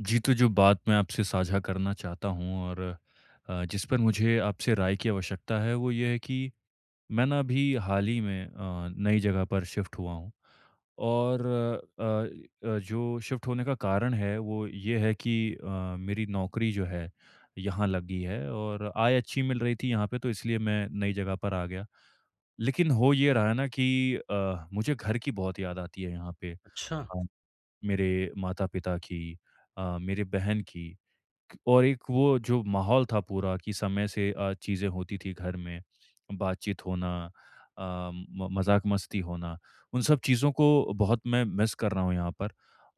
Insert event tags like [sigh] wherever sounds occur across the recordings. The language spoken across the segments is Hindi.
जी, तो जो बात मैं आपसे साझा करना चाहता हूँ और जिस पर मुझे आपसे राय की आवश्यकता है, वो ये है कि मैं ना अभी हाल ही में नई जगह पर शिफ्ट हुआ हूँ और जो शिफ्ट होने का कारण है, वो ये है कि मेरी नौकरी जो है, यहाँ लगी है और आय अच्छी मिल रही थी यहाँ पे, तो इसलिए मैं नई जगह पर आ गया। लेकिन हो ये रहा है ना कि मुझे घर की बहुत याद आती है यहाँ पे। अच्छा। अ, मेरे माता-पिता की, मेरे बहन की और एक वो जो माहौल था पूरा कि समय से चीज़ें होती थी घर में, बातचीत होना, अ, म मज़ाक-मस्ती होना, उन सब चीज़ों को बहुत मैं मिस कर रहा हूँ यहाँ पर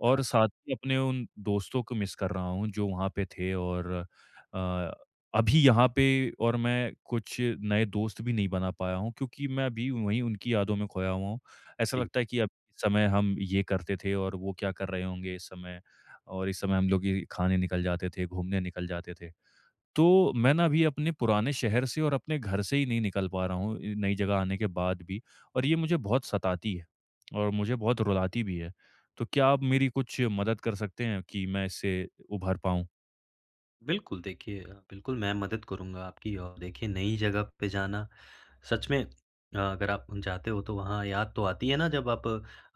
और साथ ही अपने उन दोस्तों को मिस कर रहा हूँ जो वहाँ पे थे और अ, अभी यहाँ पे, और मैं कुछ नए दोस्त भी नहीं बना पाया हूँ क्योंकि मैं अभी वहीं उनकी यादों में खोया हुआ हूँ। ऐसा जी। लगता है कि अब इस समय हम ये करते थे और वो क्या कर रहे होंगे इस समय। और इस समय हम लोग ये खाने निकल जाते थे, घूमने निकल जाते थे। तो मैं ना अभी अपने पुराने शहर से और अपने घर से ही नहीं निकल पा रहा हूँ इ नई जगह आने के बाद भी, और ये मुझे बहुत सताती है और मुझे बहुत रुलाती भी है। तो क्या आप मेरी कुछ मदद कर सकते हैं कि मैं इससे उभर पाऊँ? बिल्कुल, देखिए बिल्कुल मैं मदद करूँगा आपकी। और देखिए नई जगह पे जाना सच में, अगर आप जाते हो तो वहाँ याद तो आती है ना, जब आप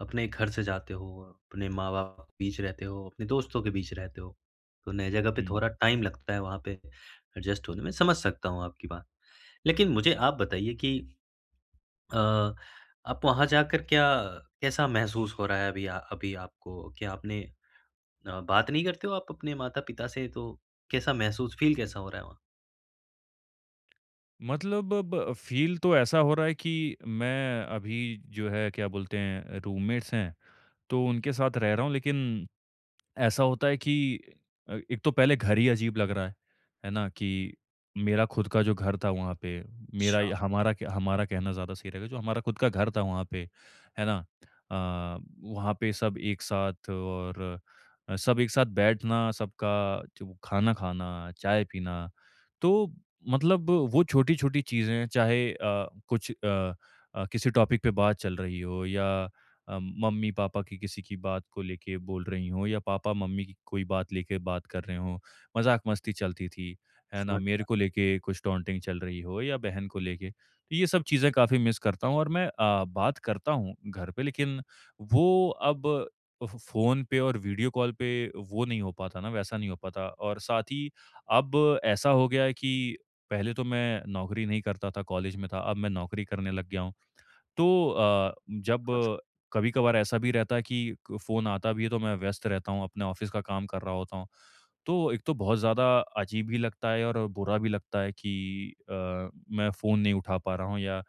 अपने घर से जाते हो, अपने माँ-बाप के बीच रहते हो, अपने दोस्तों के बीच रहते हो, तो नई जगह पे हुँ। थोड़ा टाइम लगता है वहाँ पे एडजस्ट होने में। समझ सकता हूँ आपकी बात। लेकिन मुझे आप बताइए कि अ, आप वहाँ जाकर क्या, कैसा महसूस हो रहा है अभी, अभी आपको? क्या आपने बात नहीं करते हो आप अपने माता-पिता से? तो कैसा महसूस, फ़ील कैसा हो रहा है वहाँ? मतलब ब फ़ील तो ऐसा हो रहा है कि मैं अभी, जो है क्या बोलते हैं रूममेट्स हैं, तो उनके साथ रह रहा हूँ लेकिन ऐसा होता है कि एक तो पहले घर ही अजीब लग रहा है ना? कि मेरा खुद का जो घर था वहाँ पे, मेरा अच्छा। या हमारा कहना ज़्यादा सही रहेगा, जो हमारा खुद का घर था वहाँ पे, है ना? अ, वहाँ पे सब एक साथ और सब एक साथ बैठना, सबका जो खाना खाना, चाय पीना, तो मतलब वो छोटी-छोटी चीज़ें, चाहे किसी टॉपिक पे बात चल रही हो या मम्मी पापा की किसी की बात को लेके बोल रही हों या पापा मम्मी की कोई बात लेके बात कर रहे हों, मज़ाक मस्ती चलती थी, है ना? समझ मेरे को लेके कुछ टॉन्टिंग चल रही हो या बहन को लेके, तो ये सब चीज़ें काफ़ी मिस करता हूँ और मैं बात करता हूँ घर पे, लेकिन वो अब फ़ फ़ोन पे और वीडियो कॉल पे वो नहीं हो पाता ना, वैसा नहीं हो पाता, और साथ ही अब ऐसा हो गया है कि पहले तो मैं नौकरी नहीं करता था, कॉलेज में था, अब मैं नौकरी करने लग गया हूँ। तो जब कभी-कभार ऐसा भी रहता है कि क फ़ोन आता भी है तो मैं व्यस्त रहता हूँ, अपने ऑफ़िस का काम कर रहा होता हूँ। तो एक तो बहुत ज़्यादा अजीब भी लगता है और बुरा भी लगता है कि मैं फ़ोन नहीं उठा पा रहा हूँ, या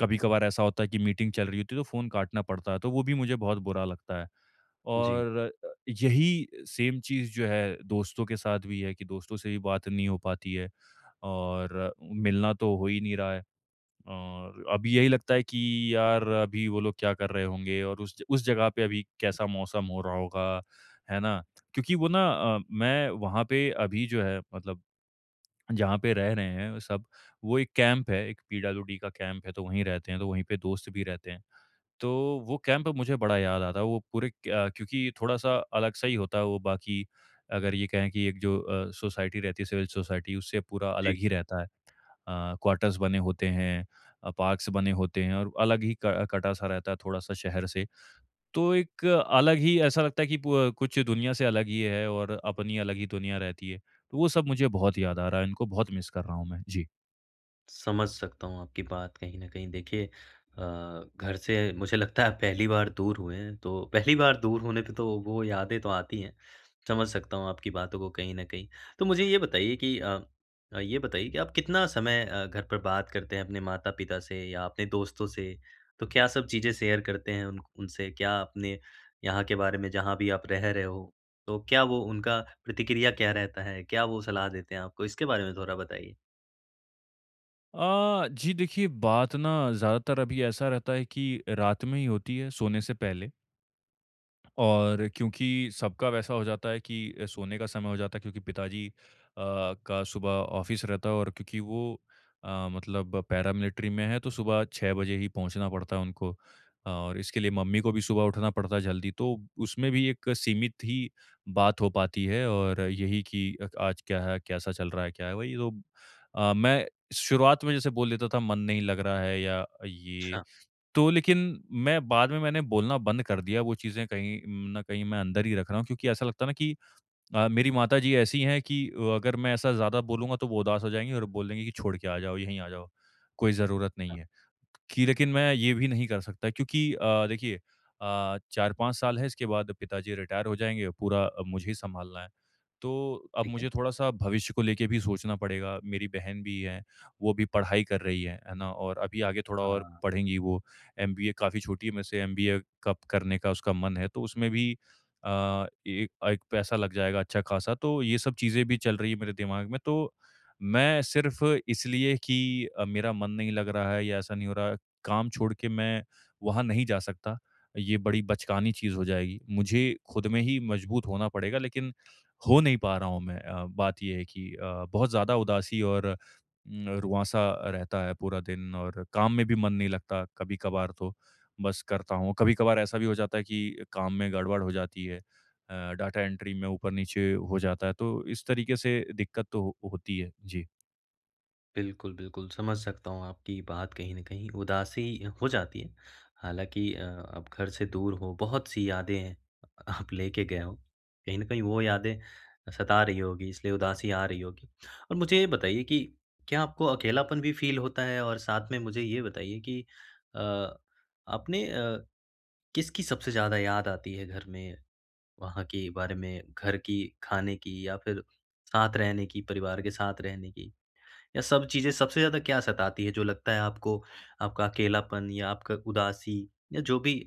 कभी-कभार ऐसा होता है कि मीटिंग चल रही होती है तो फ़ोन काटना पड़ता है, तो वो भी मुझे बहुत बुरा लगता है। जी। और अ, यही सेम चीज़ जो है दोस्तों के साथ भी है कि दोस्तों से भी बात नहीं हो पाती है और मिलना तो हो ही नहीं रहा है। और अभी यही लगता है कि यार अभी वो लोग क्या कर रहे होंगे और उस जगह पे अभी कैसा मौसम हो रहा होगा, है ना? क्योंकि वो ना, मैं वहाँ पे अभी जो है मतलब जहाँ पे रह रहे हैं सब, वो एक कैंप है, एक पीडब्ल्यूडी का कैंप है तो वहीं रहते हैं, तो वहीं पे दोस्त भी रहते हैं। तो वो कैंप मुझे बड़ा याद आता है, वो पूरे क क्योंकि थोड़ा-सा अलग-सा ही होता है वो बाकी, अगर ये कहें कि एक जो सोसाइटी रहती है सिविल सोसाइटी उससे पूरा अलग जी। ही रहता है। क्वार्टर्स बने होते हैं, पार्क्स बने होते हैं और अलग ही कटा सा रहता है थोड़ा सा शहर से, तो एक अलग ही ऐसा लगता है कि कुछ दुनिया से अलग ही है और अपनी अलग ही दुनिया रहती है। तो वो सब मुझे बहुत याद आ रहा है, इनको बहुत मिस कर रहा हूँ मैं जी। समझ सकता हूँ आपकी बात कहीं न कहीं। देखिए घर से मुझे लगता है आप पहली बार दूर हुए हैं, तो पहली बार दूर होने पे तो वो यादें तो आती हैं। समझ सकता हूँ आपकी बातों को कहीं न कहीं। तो मुझे ये बताइए कि ये बताइए कि आप कितना समय घर पर बात करते हैं अपने माता-पिता से या अपने दोस्तों से? तो क्या सब चीज़ें शेयर करते हैं उन उनसे? क्या अपने यहाँ के बारे में जहाँ भी आप रह रहे हो, तो क्या वो उनका प्रतिक्रिया क्या रहता है? क्या वो सलाह देते हैं आपको? इसके बारे में थोड़ा बताइए। आ, जी देखिए बात ना ज़्यादातर अभी ऐसा रहता है कि रात में ही होती है सोने से पहले, और क्योंकि सबका वैसा हो जाता है कि सोने का समय हो जाता है क्योंकि पिताजी अ, का सुबह ऑफिस रहता है, और क्योंकि वो मतलब पैरामिलिट्री में है तो सुबह 6 बजे ही पहुंचना पड़ता है उनको, और इसके लिए मम्मी को भी सुबह उठना पड़ता है जल्दी, तो उसमें भी एक सीमित ही बात हो पाती है, और यही कि आज क्या है कैसा चल रहा है क्या है वही। तो मैं शुरुआत में जैसे बोल देता था मन नहीं लग रहा है या ये, अच्छा। तो लेकिन मैं बाद में मैंने बोलना बंद कर दिया, वो चीज़ें कहीं न कहीं मैं अंदर ही रख रहा हूँ, क्योंकि ऐसा लगता है ना कि मेरी माताजी ऐसी हैं कि अगर मैं ऐसा ज़्यादा बोलूँगा तो वो उदास हो जाएँगी और बोलेंगी कि छोड़ के आ जाओ, यहीं आ जाओ, कोई ज़रूरत नहीं हाँ। है। कि लेकिन मैं ये भी नहीं कर सकता क्योंकि देखिए, 4-5 साल है इसके बाद पिताजी रिटायर हो जाएँगे, पूरा अब मुझे ही सँभालना है। तो अब ठीक है। मुझे थोड़ा-सा भविष्य को लेके भी सोचना पड़ेगा, मेरी बहन भी है, वो भी पढ़ाई कर रही है ना? और अभी आगे थोड़ा और हाँ। पढ़ेंगी वो, एमबीए, काफ़ी छोटी है मेरे से, एमबीए कब करने का उसका मन है, तो उसमें भी एक एक पैसा लग जाएगा अच्छा खासा, तो ये सब चीज़ें भी चल रही है मेरे दिमाग में। तो मैं सिर्फ़ इसलिए कि मेरा मन नहीं लग रहा है या ऐसा नहीं हो रहा, काम छोड़ के मैं वहाँ नहीं जा सकता, ये बड़ी बचकानी चीज़ हो जाएगी। मुझे खुद में ही मजबूत होना पड़ेगा, लेकिन हो नहीं पा रहा हूँ मैं। बात ये है कि बहुत ज़्यादा उदासी और रुआँसा रहता है पूरा दिन, और काम में भी मन नहीं लगता कभी-कभार, तो बस करता हूँ। कभी-कभार ऐसा भी हो जाता है कि काम में गड़बड़ हो जाती है, डाटा एंट्री में ऊपर-नीचे हो जाता है, तो इस तरीके से दिक्कत तो हो होती है। जी। बिल्कुल, बिल्कुल, समझ सकता हूँ आपकी बात कहीं न कहीं, उदासी हो जाती है। हालाँकि आप घर से दूर हो, बहुत सी यादें हैं आप लेके गए हो। कहीं न कहीं वो यादें सता रही होगी, इसलिए उदासी आ रही होगी। और मुझे ये बताइए कि क्या आपको अकेलापन भी फ़ील होता है? और साथ में मुझे ये बताइए कि अ, आपने किसकी सबसे ज़्यादा याद आती है घर में, वहाँ के बारे में, घर की, खाने की या फिर साथ रहने की, परिवार के साथ रहने की? या सब चीज़ें, सबसे ज़्यादा क्या सताती है, जो लगता है आपको, आपका अकेलापन या आपका उदासी या जो भी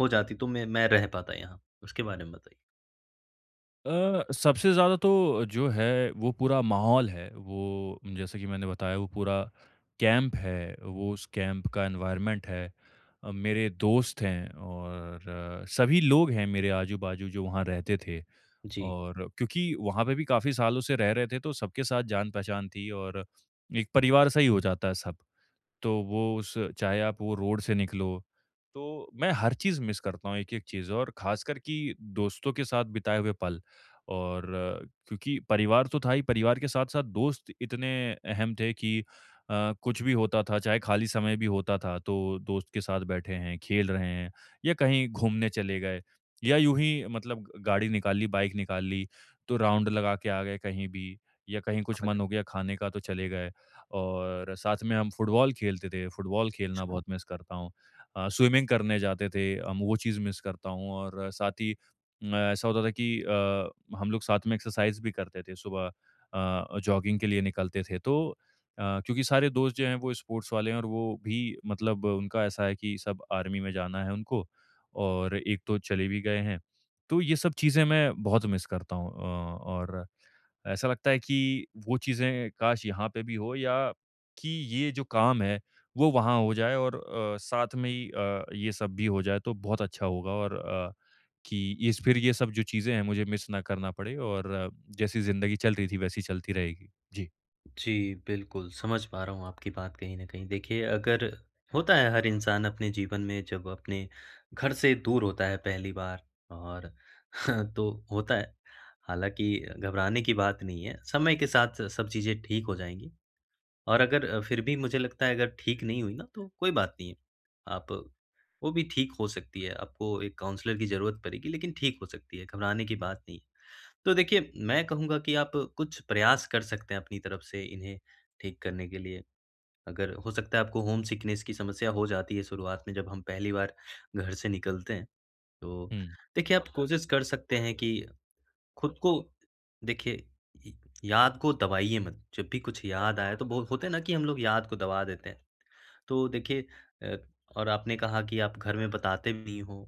हो जाती तो मैं रह पाता यहाँ? उसके बारे में बताइए। सबसे ज़्यादा तो जो है वो पूरा माहौल है, वो जैसे कि मैंने बताया वो पूरा कैंप है, वो उस कैंप का एनवायरनमेंट है। मेरे दोस्त हैं और सभी लोग हैं मेरे आजू-बाजू जो वहाँ रहते थे, जी। और क्योंकि वहाँ पे भी काफ़ी सालों से रह रहे थे तो सबके साथ जान-पहचान थी, और एक परिवार सा ही हो जाता है सब। तो वो उस चाहे आप वो रोड से निकलो, तो मैं हर चीज़ मिस करता हूँ, एक-एक चीज़, और ख़ासकर कि दोस्तों के साथ बिताए हुए पल। और क्योंकि परिवार तो था ही, परिवार के साथ-साथ दोस्त इतने अहम थे कि कुछ भी होता था, चाहे खाली समय भी होता था, तो दोस्त के साथ बैठे हैं, खेल रहे हैं, या कहीं घूमने चले गए, या यूँ ही मतलब गाड़ी निकाल ली, बाइक निकाल ली, तो राउंड लगा के आ गए कहीं भी, या कहीं कुछ समझ मन रहा हो गया खाने का तो चले गए। और साथ में हम फुटबॉल खेलते थे, फुटबॉल खेलना हूँ। बहुत अच्छा। मिस करता हूँ। स्विमिंग करने जाते थे हम, वो चीज़ मिस करता हूँ। और साथ ही ऐसा होता था कि हम लोग साथ में एक्सरसाइज़ भी करते थे सुबह, जॉगिंग के लिए निकलते थे। तो क्योंकि सारे दोस्त जो हैं वो स्पोर्ट्स वाले हैं, और वो भी मतलब उनका ऐसा है कि सब आर्मी में जाना है उनको, और एक तो चले भी गए हैं। तो ये सब चीज़ें मैं बहुत मिस करता हूँ, और ऐसा लगता है कि वो चीज़ें काश यहाँ पे भी हो, या कि ये जो काम है वो वहाँ हो जाए, और साथ में ही ये सब भी हो जाए तो बहुत अच्छा होगा। और कि इस फिर ये सब जो चीज़ें हैं मुझे मिस ना करना पड़े, और जैसी ज़िंदगी चल रही थी वैसी चलती रहेगी। जी। जी, बिल्कुल समझ पा रहा हूँ आपकी बात कहीं न कहीं। देखिए अगर होता है हर इंसान अपने जीवन में जब अपने घर से दूर होता है पहली बार और [laughs] तो होता है। हालाँकि घबराने की बात नहीं है, समय के साथ सब चीज़ें ठीक हो जाएँगी। और अगर फिर भी मुझे लगता है अगर ठीक नहीं हुई ना तो कोई बात नहीं है। आप, वो भी ठीक हो सकती है, आपको एक काउंसलर की ज़रूरत पड़ेगी लेकिन ठीक हो सकती है, घबराने की बात नहीं है। तो देखिए मैं कहूँगा कि आप कुछ प्रयास कर सकते हैं अपनी तरफ से इन्हें ठीक करने के लिए। अगर हो सकता है आपको होम सिकनेस की समस्या हो जाती है शुरुआत में, जब हम पहली बार घर से निकलते हैं, तो हुँ, देखिए आप कोशिश कर सकते हैं कि खुद को, देखिए य याद को दबाइए मत। जब भी कुछ याद आए, तो बहुत होता है ना कि हम लोग याद को दबा देते हैं। तो देखिए, अ, और आपने कहा कि आप घर में बताते भी नहीं हो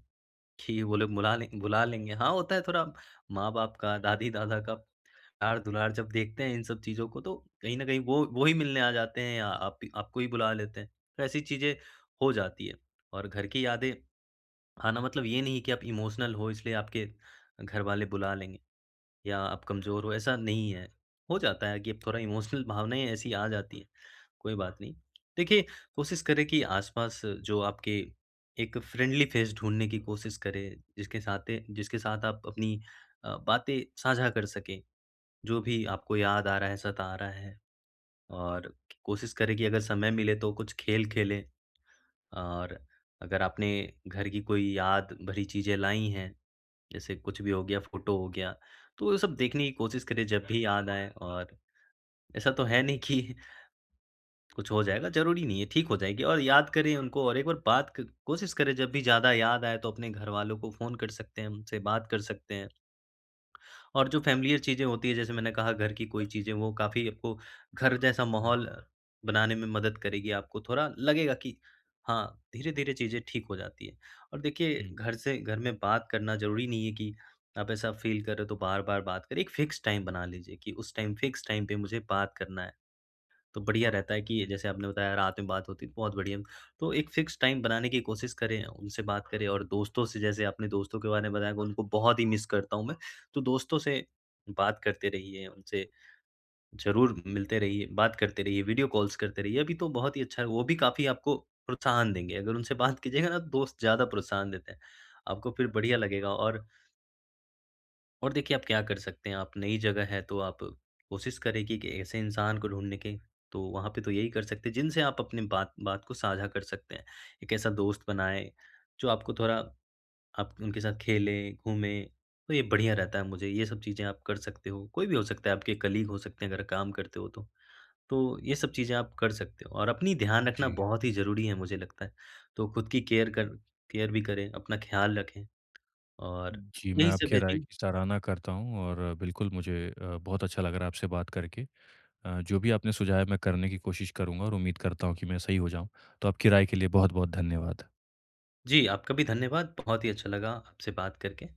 कि वो लोग बुला लेंगे। हाँ, होता है थोड़ा माँ-बाप का, दादी-दादा का प्यार-दुलार, जब देखते हैं इन सब चीज़ों को तो कहीं न कहीं वो ही मिलने आ जाते हैं या आप, आपको ही बुला लेते हैं। तो ऐसी चीज़ें हो जाती है। और घर की यादें आना मतलब ये नहीं कि आप इमोशनल हो इसलिए आपके घर वाले बुला लेंगे। या आप कमज़ोर हो, ऐसा नहीं है। हो जाता है कि अब थोड़ा इमोशनल भावनाएँ ऐसी आ जाती हैं, कोई बात नहीं। देखिए, कोशिश करें कि आस-पास जो आपके, एक फ्रेंडली फेस ढूँढने की कोशिश करें, जिसके साथ आप अपनी बातें साझा कर सकें, जो भी आपको याद आ रहा है, सता आ रहा है। और कोशिश करें कि अगर समय मिले तो कुछ खेल खेलें। और अगर आपने घर की कोई याद भरी चीज़ें लाई हैं, जैसे कुछ भी हो गया, फ़ोटो हो गया, तो ये सब देखने की कोशिश करें जब भी याद आए। और ऐसा तो है नहीं कि [laughs] कुछ हो जाएगा, ज़रूरी नहीं है, ठीक हो जाएगी। और याद करें उनको और एक बार बात, क कोशिश करें जब भी ज़्यादा याद आए, तो अपने घरवालों को फ़ोन कर सकते हैं, उनसे बात कर सकते हैं। और जो फ़ैमिलियर चीज़ें होती हैं, जैसे मैंने कहा घर की कोई चीज़ें, वो काफ़ी आपको घर जैसा हुँ, माहौल बनाने में मदद करेगी। आपको थोड़ा लगेगा कि हाँ, धीरे-धीरे चीज़ें ठीक हो जाती हैं। और देखिए हुँ। घर से, घर में बात करना ज़रूरी नहीं है कि आप ऐसा फ़ील कर रहे हो तो बार-बार बात करें। एक फ़िक्स टाइम बना लीजिए कि उस टाइम, फ़िक्स टाइम पे मुझे बात करना है। तो बढ़िया रहता है कि जैसे आपने बताया रात में बात होती है, बहुत बढ़िया। तो एक फ़िक्स टाइम बनाने की कोशिश करें, उनसे बात करें। और दोस्तों से, जैसे आपने दोस्तों के बारे में बताया कि उनको बहुत ही मिस करता हूँ मैं। तो दोस्तों से बात करते रहिए, उनसे ज़रूर मिलते रहिए, बात करते रहिए, वीडियो कॉल्स करते रहिए। अभी तो बहुत ही अच्छा है, वो भी काफ़ी आपको प्रोत्साहन देंगे। अगर उनसे बात कीजिएगा ना, तो दोस्त ज़्यादा प्रोत्साहन देते हैं। आपको फिर बढ़िया लगेगा। और देखिए आप क्या कर सकते हैं, आप नई जगह है तो आप कोशिश करेंगे कि ऐसे इंसान को ढूँढने के, तो वहाँ पे तो यही कर सकते हैं, जिनसे आप अपनी बात बात को साझा कर सकते हैं। एक ऐसा दोस्त बनाएँ जो आपको थोड़ा, आप उनके साथ खेलें, घूमें, तो ये बढ़िया रहता है। मुझे ये सब चीज़ें आप कर सकते हो। कोई भी हो सकता है, आपके कलीग हो सकते हैं अगर काम करते हो तो। तो ये सब चीज़ें आप कर सकते हो और अपनी ध्यान रखना जी। बहुत ही ज़रूरी है मुझे लगता है। तो खुद की केयर कर केयर भी करें, अपना ख़्याल रखें और जी, मैं यही सब आपकी है राय जी। की सराहना करता हूँ और बिल्कुल मुझे बहुत अच्छा लग रहा है आपसे बात करके। जो भी आपने सुझाया मैं करने की कोशिश करूँगा, और उम्मीद करता हूँ कि मैं सही हो जाऊँ। तो आपकी राय के लिए बहुत-बहुत धन्यवाद। जी, आपका भी धन्यवाद। बहुत ही अच्छा लगा आपसे बात करके।